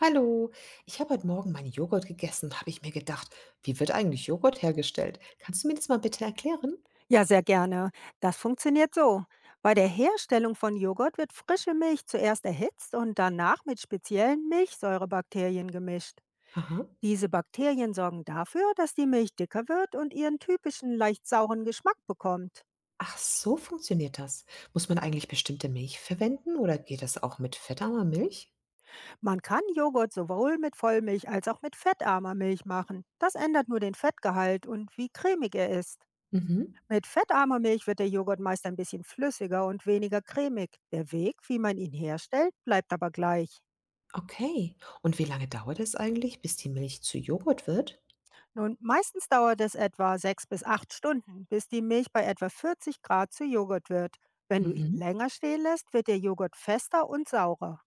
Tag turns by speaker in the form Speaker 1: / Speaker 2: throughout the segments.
Speaker 1: Hallo, ich habe heute Morgen meinen Joghurt gegessen und habe ich mir gedacht, wie wird eigentlich Joghurt hergestellt? Kannst du mir das mal bitte erklären?
Speaker 2: Ja, sehr gerne. Das funktioniert so. Bei der Herstellung von Joghurt wird frische Milch zuerst erhitzt und danach mit speziellen Milchsäurebakterien gemischt.
Speaker 1: Aha.
Speaker 2: Diese Bakterien sorgen dafür, dass die Milch dicker wird und ihren typischen leicht sauren Geschmack bekommt.
Speaker 1: Ach, so funktioniert das. Muss man eigentlich bestimmte Milch verwenden oder geht das auch mit fettarmer Milch?
Speaker 2: Man kann Joghurt sowohl mit Vollmilch als auch mit fettarmer Milch machen. Das ändert nur den Fettgehalt und wie cremig er ist.
Speaker 1: Mhm.
Speaker 2: Mit fettarmer Milch wird der Joghurt meist ein bisschen flüssiger und weniger cremig. Der Weg, wie man ihn herstellt, bleibt aber gleich.
Speaker 1: Okay. Und wie lange dauert es eigentlich, bis die Milch zu Joghurt wird?
Speaker 2: Nun, meistens dauert es etwa sechs bis acht Stunden, bis die Milch bei etwa 40 Grad zu Joghurt wird. Wenn du ihn
Speaker 1: Mhm.
Speaker 2: länger stehen lässt, wird der Joghurt fester und saurer.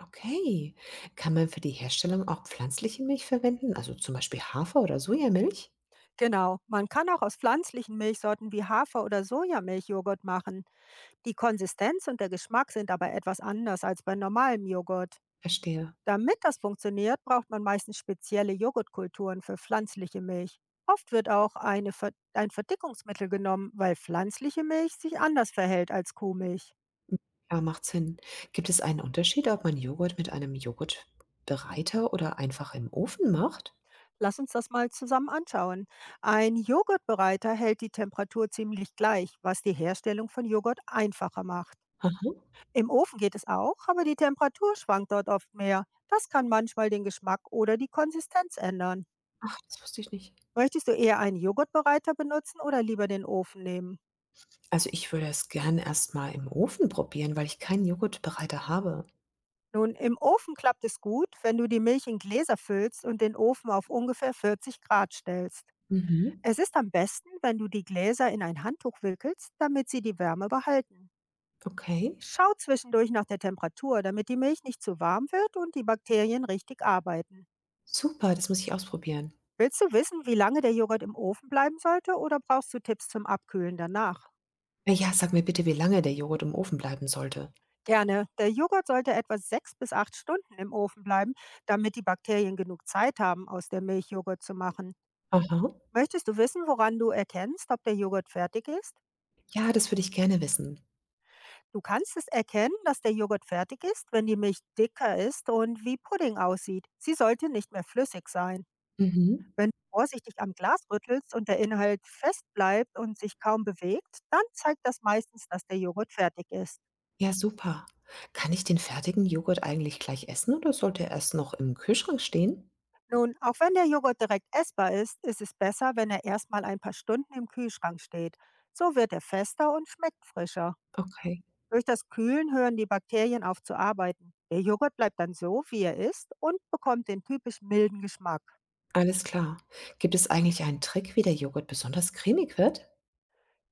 Speaker 1: Okay. Kann man für die Herstellung auch pflanzliche Milch verwenden, also zum Beispiel Hafer- oder Sojamilch?
Speaker 2: Genau, man kann auch aus pflanzlichen Milchsorten wie Hafer- oder Sojamilch Joghurt machen. Die Konsistenz und der Geschmack sind aber etwas anders als bei normalem Joghurt.
Speaker 1: Verstehe.
Speaker 2: Damit das funktioniert, braucht man meistens spezielle Joghurtkulturen für pflanzliche Milch. Oft wird auch ein Verdickungsmittel genommen, weil pflanzliche Milch sich anders verhält als Kuhmilch.
Speaker 1: Ja, macht Sinn. Gibt es einen Unterschied, ob man Joghurt mit einem Joghurtbereiter oder einfach im Ofen macht?
Speaker 2: Lass uns das mal zusammen anschauen. Ein Joghurtbereiter hält die Temperatur ziemlich gleich, was die Herstellung von Joghurt einfacher macht.
Speaker 1: Aha.
Speaker 2: Im Ofen geht es auch, aber die Temperatur schwankt dort oft mehr. Das kann manchmal den Geschmack oder die Konsistenz ändern.
Speaker 1: Ach, das wusste ich nicht.
Speaker 2: Möchtest du eher einen Joghurtbereiter benutzen oder lieber den Ofen nehmen?
Speaker 1: Also ich würde es gern erst mal im Ofen probieren, weil ich keinen Joghurtbereiter habe.
Speaker 2: Nun, im Ofen klappt es gut, wenn du die Milch in Gläser füllst und den Ofen auf ungefähr 40 Grad stellst.
Speaker 1: Mhm.
Speaker 2: Es ist am besten, wenn du die Gläser in ein Handtuch wickelst, damit sie die Wärme behalten.
Speaker 1: Okay.
Speaker 2: Schau zwischendurch nach der Temperatur, damit die Milch nicht zu warm wird und die Bakterien richtig arbeiten.
Speaker 1: Super, das muss ich ausprobieren.
Speaker 2: Willst du wissen, wie lange der Joghurt im Ofen bleiben sollte oder brauchst du Tipps zum Abkühlen danach?
Speaker 1: Ja, sag mir bitte, wie lange der Joghurt im Ofen bleiben sollte.
Speaker 2: Gerne. Der Joghurt sollte etwa sechs bis acht Stunden im Ofen bleiben, damit die Bakterien genug Zeit haben, aus der Milch Joghurt zu machen.
Speaker 1: Aha.
Speaker 2: Möchtest du wissen, woran du erkennst, ob der Joghurt fertig ist?
Speaker 1: Ja, das würde ich gerne wissen.
Speaker 2: Du kannst es erkennen, dass der Joghurt fertig ist, wenn die Milch dicker ist und wie Pudding aussieht. Sie sollte nicht mehr flüssig sein.
Speaker 1: Mhm.
Speaker 2: Wenn du vorsichtig am Glas rüttelst und der Inhalt fest bleibt und sich kaum bewegt, dann zeigt das meistens, dass der Joghurt fertig ist.
Speaker 1: Ja, super. Kann ich den fertigen Joghurt eigentlich gleich essen oder sollte er erst noch im Kühlschrank stehen?
Speaker 2: Nun, auch wenn der Joghurt direkt essbar ist, ist es besser, wenn er erstmal ein paar Stunden im Kühlschrank steht. So wird er fester und schmeckt frischer.
Speaker 1: Okay.
Speaker 2: Durch das Kühlen hören die Bakterien auf zu arbeiten. Der Joghurt bleibt dann so, wie er ist und bekommt den typisch milden Geschmack.
Speaker 1: Alles klar. Gibt es eigentlich einen Trick, wie der Joghurt besonders cremig wird?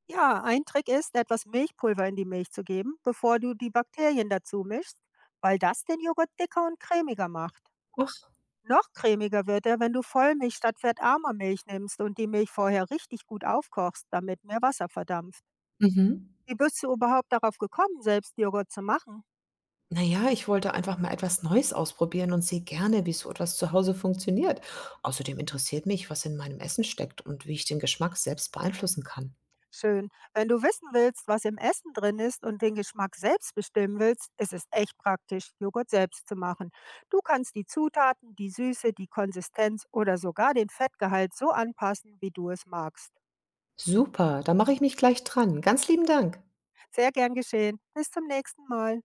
Speaker 2: Ja, ein Trick ist, etwas Milchpulver in die Milch zu geben, bevor du die Bakterien dazu mischst, weil das den Joghurt dicker und cremiger macht.
Speaker 1: Ach,
Speaker 2: Noch cremiger wird er, wenn du Vollmilch statt fettarmer Milch nimmst und die Milch vorher richtig gut aufkochst, damit mehr Wasser verdampft.
Speaker 1: mhm.
Speaker 2: Wie bist du überhaupt darauf gekommen, selbst Joghurt zu machen?
Speaker 1: Naja, ich wollte einfach mal etwas Neues ausprobieren und sehe gerne, wie so etwas zu Hause funktioniert. Außerdem interessiert mich, was in meinem Essen steckt und wie ich den Geschmack selbst beeinflussen kann.
Speaker 2: Schön. Wenn du wissen willst, was im Essen drin ist und den Geschmack selbst bestimmen willst, ist es echt praktisch, Joghurt selbst zu machen. Du kannst die Zutaten, die Süße, die Konsistenz oder sogar den Fettgehalt so anpassen, wie du es magst.
Speaker 1: Super, da mache ich mich gleich dran. Ganz lieben Dank.
Speaker 2: Sehr gern geschehen. Bis zum nächsten Mal.